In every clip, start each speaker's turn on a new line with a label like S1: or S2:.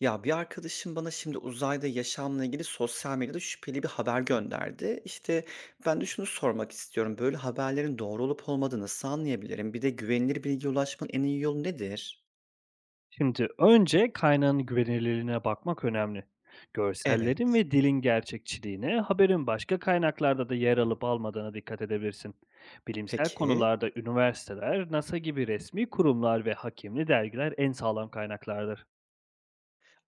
S1: Ya, bir arkadaşım bana şimdi uzayda yaşamla ilgili sosyal medyada şüpheli bir haber gönderdi. İşte, ben de şunu sormak istiyorum, böyle haberlerin doğru olup olmadığını nasıl anlayabilirim? Bir de güvenilir bilgiye ulaşmanın en iyi yolu nedir?
S2: Şimdi önce kaynağın güvenilirliğine bakmak önemli. Görsellerin
S1: Evet.
S2: ve dilin gerçekçiliğine, haberin başka kaynaklarda da yer alıp almadığına dikkat edebilirsin. Bilimsel
S1: Peki,
S2: konularda üniversiteler, NASA gibi resmi kurumlar ve hakimli dergiler en sağlam kaynaklardır.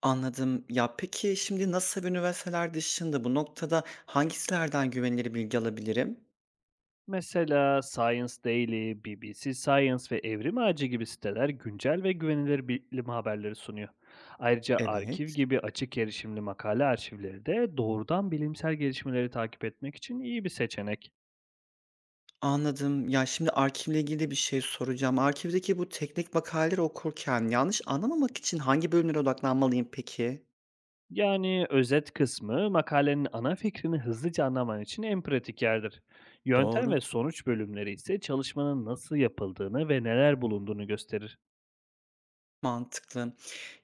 S1: anladım. Ya, peki şimdi NASA ve üniversiteler dışında bu noktada hangi güvenilir bilgi alabilirim?
S2: Mesela Science Daily, BBC Science ve Evrim Ağacı gibi siteler güncel ve güvenilir bilim haberleri sunuyor. Ayrıca Arkiv
S1: Evet.
S2: gibi açık erişimli makale arşivleri de doğrudan bilimsel gelişmeleri takip etmek için iyi bir seçenek.
S1: Anladım. Ya, şimdi arşivle ilgili de bir şey soracağım. Arşivdeki bu teknik makaleleri okurken yanlış anlamamak için hangi bölümlere odaklanmalıyım peki?
S2: Yani özet kısmı makalenin ana fikrini hızlıca anlaman için en pratik yerdir. Yöntem
S1: Doğru,
S2: ve sonuç bölümleri ise çalışmanın nasıl yapıldığını ve neler bulunduğunu gösterir.
S1: mantıklı.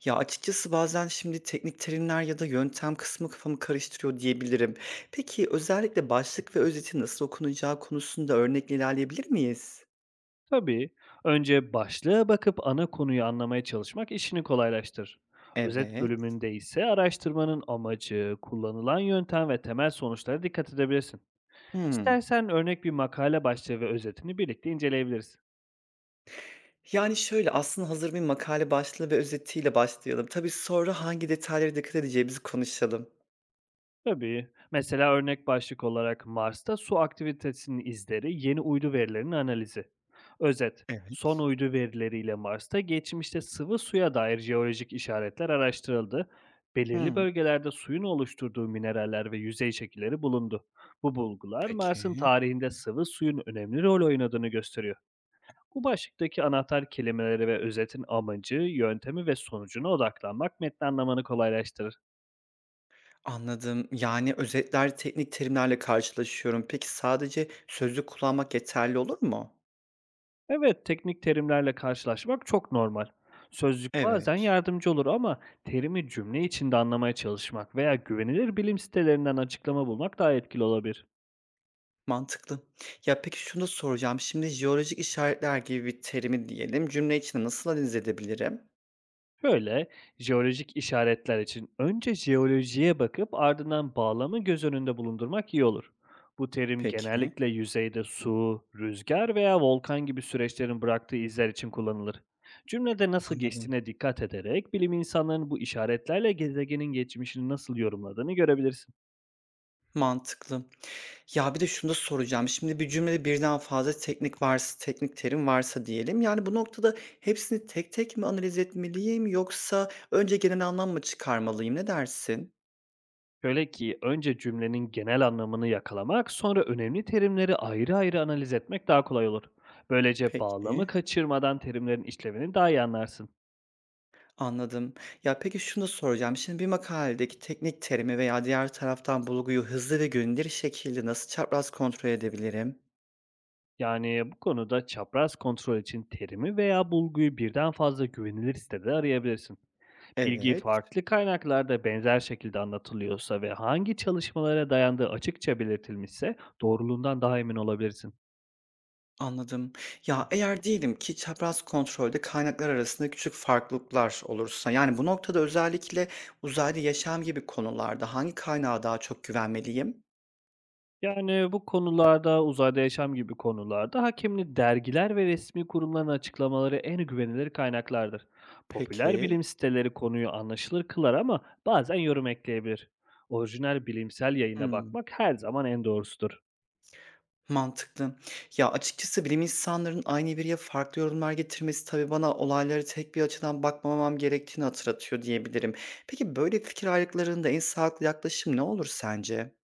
S1: Ya, açıkçası bazen şimdi teknik terimler ya da yöntem kısmı kafamı karıştırıyor diyebilirim. Peki, özellikle başlık ve özeti nasıl okunacağı konusunda örnekle ilerleyebilir miyiz?
S2: Tabii. Önce başlığa bakıp ana konuyu anlamaya çalışmak işini kolaylaştırır. Özet
S1: Evet.
S2: bölümünde ise araştırmanın amacı, kullanılan yöntem ve temel sonuçlara dikkat edebilirsin.
S1: Hımm.
S2: İstersen örnek bir makale başlığı ve özetini birlikte inceleyebiliriz.
S1: Yani, şöyle, aslında hazır bir makale başlığı ve özetiyle başlayalım. Tabii, sonra hangi detaylara dikkat edeceğimizi konuşalım.
S2: Tabii. Mesela örnek başlık olarak Mars'ta su aktivitesinin izleri, yeni uydu verilerinin analizi. Özet, son
S1: Evet.
S2: uydu verileriyle Mars'ta geçmişte sıvı suya dair jeolojik işaretler araştırıldı. Belirli
S1: Hımm.
S2: bölgelerde suyun oluşturduğu mineraller ve yüzey şekilleri bulundu. Bu bulgular Mars'ın
S1: Peki.
S2: tarihinde sıvı suyun önemli rol oynadığını gösteriyor. Bu başlıktaki anahtar kelimeleri ve özetin amacı, yöntemi ve sonucuna odaklanmak metni anlamanı kolaylaştırır.
S1: Anladım. Yani, özetler teknik terimlerle karşılaşıyorum. Peki, sadece sözlük kullanmak yeterli olur mu?
S2: Evet, teknik terimlerle karşılaşmak çok normal. Sözlük bazen
S1: Evet.
S2: yardımcı olur ama terimi cümle içinde anlamaya çalışmak veya güvenilir bilim sitelerinden açıklama bulmak daha etkili olabilir.
S1: Mantıklı. Ya, peki şunu da soracağım. Şimdi jeolojik işaretler gibi bir terimi diyelim, cümle içinde nasıl analiz edebilirim?
S2: Şöyle, jeolojik işaretler için önce jeolojiye bakıp ardından bağlamı göz önünde bulundurmak iyi olur. Bu terim
S1: Peki.
S2: genellikle yüzeyde su, rüzgar veya volkan gibi süreçlerin bıraktığı izler için kullanılır. Cümlede nasıl
S1: Anladım.
S2: geçtiğine dikkat ederek bilim insanlarının bu işaretlerle gezegenin geçmişini nasıl yorumladığını görebilirsin.
S1: Mantıklı. Ya, bir de şunu da soracağım. Şimdi bir cümlede birden fazla teknik terim varsa diyelim, yani, bu noktada hepsini tek tek mi analiz etmeliyim yoksa önce genel anlam mı çıkarmalıyım? Ne dersin?
S2: Şöyle ki önce cümlenin genel anlamını yakalamak, sonra önemli terimleri ayrı ayrı analiz etmek daha kolay olur. Böylece bağlamı
S1: Peki.
S2: kaçırmadan terimlerin işlevini daha iyi anlarsın.
S1: Anladım. Ya, peki şunu da soracağım. Şimdi bir makaledeki teknik terimi veya diğer taraftan bulguyu hızlı ve güvenilir şekilde nasıl çapraz kontrol edebilirim?
S2: Yani bu konuda çapraz kontrol için terimi veya bulguyu birden fazla güvenilir sitede arayabilirsin. Bilgi
S1: Evet,
S2: farklı kaynaklarda benzer şekilde anlatılıyorsa ve hangi çalışmalara dayandığı açıkça belirtilmişse doğruluğundan daha emin olabilirsin.
S1: anladım. Ya, eğer diyelim ki çapraz kontrolde kaynaklar arasında küçük farklılıklar olursa, yani bu noktada özellikle uzaylı yaşam gibi konularda hangi kaynağa daha çok güvenmeliyim?
S2: Yani bu konularda uzayda yaşam gibi konularda hakemli dergiler ve resmi kurumların açıklamaları en güvenilir kaynaklardır. Popüler bilim
S1: Peki.
S2: siteleri konuyu anlaşılır kılar ama bazen yorum ekleyebilir. Orijinal bilimsel yayına
S1: Hıı.
S2: bakmak her zaman en doğrusudur.
S1: Mantıklı. Ya, açıkçası bilim insanlarının aynı veriye farklı yorumlar getirmesi tabii bana olaylara tek bir açıdan bakmamam gerektiğini hatırlatıyor diyebilirim. Peki böyle fikir ayrılıklarında en sağlıklı yaklaşım ne olur sence?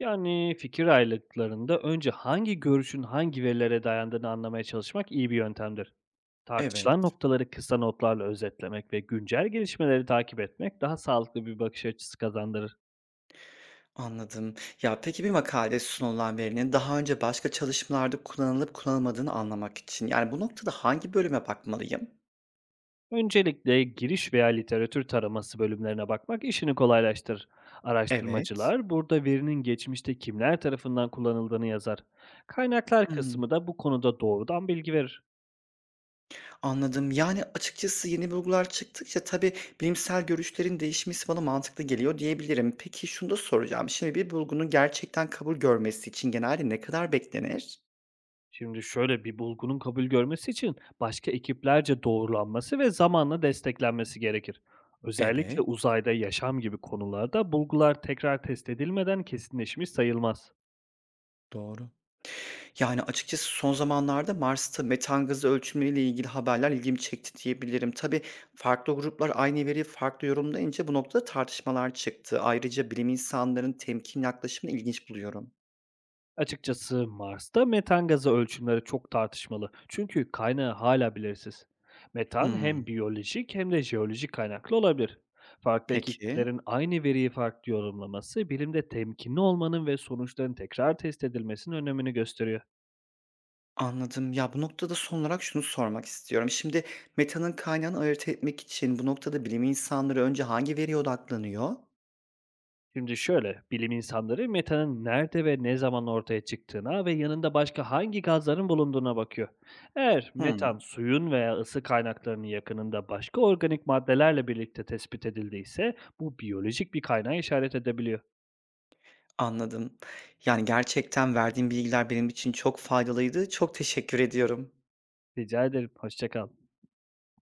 S2: Yani, fikir ayrılıklarında önce hangi görüşün hangi verilere dayandığını anlamaya çalışmak iyi bir yöntemdir. Tartışılan
S1: Evet.
S2: noktaları kısa notlarla özetlemek ve güncel gelişmeleri takip etmek daha sağlıklı bir bakış açısı kazandırır.
S1: Anladım. Ya, peki bir makalede sunulan verinin daha önce başka çalışmalarda kullanılıp kullanılmadığını anlamak için, yani, bu noktada hangi bölüme bakmalıyım?
S2: Öncelikle giriş veya literatür taraması bölümlerine bakmak işini kolaylaştırır.
S1: Evet.
S2: Araştırmacılar burada verinin geçmişte kimler tarafından kullanıldığını yazar. Kaynaklar kısmı da bu konuda doğrudan bilgi verir.
S1: Anladım. Yani, açıkçası yeni bulgular çıktıkça tabii bilimsel görüşlerin değişmesi bana mantıklı geliyor diyebilirim. Peki şunu da soracağım. Şimdi bir bulgunun gerçekten kabul görmesi için genelde ne kadar beklenir?
S2: Şimdi şöyle bir bulgunun kabul görmesi için başka ekiplerce doğrulanması ve zamanla desteklenmesi gerekir. Özellikle
S1: Evet,
S2: uzayda yaşam gibi konularda bulgular tekrar test edilmeden kesinleşmiş sayılmaz.
S1: doğru. Yani, açıkçası son zamanlarda Mars'ta metan gazı ölçümleriyle ilgili haberler ilgimi çekti diyebilirim. Tabii farklı gruplar aynı veriyi farklı yorumlayınca bu noktada tartışmalar çıktı. Ayrıca bilim insanlarının temkin yaklaşımını ilginç buluyorum.
S2: Açıkçası Mars'ta metan gazı ölçümleri çok tartışmalı. Çünkü kaynağı hala belirsiz. Metan hem
S1: Hımm,
S2: biyolojik hem de jeolojik kaynaklı olabilir. Farklı
S1: peki.
S2: ekiplerin aynı veriyi farklı yorumlaması bilimde temkinli olmanın ve sonuçların tekrar test edilmesinin önemini gösteriyor.
S1: Anladım. Ya, bu noktada son olarak şunu sormak istiyorum. Şimdi metanın kaynağını ayırt etmek için bu noktada bilim insanları önce hangi veriye odaklanıyor?
S2: Şimdi şöyle, bilim insanları metanın nerede ve ne zaman ortaya çıktığına ve yanında başka hangi gazların bulunduğuna bakıyor. Eğer metan
S1: Hımm,
S2: suyun veya ısı kaynaklarının yakınında başka organik maddelerle birlikte tespit edildiyse bu biyolojik bir kaynağı işaret edebiliyor.
S1: anladım. Yani, gerçekten verdiğin bilgiler benim için çok faydalıydı. Çok teşekkür ediyorum.
S2: Rica ederim, hoşça kal.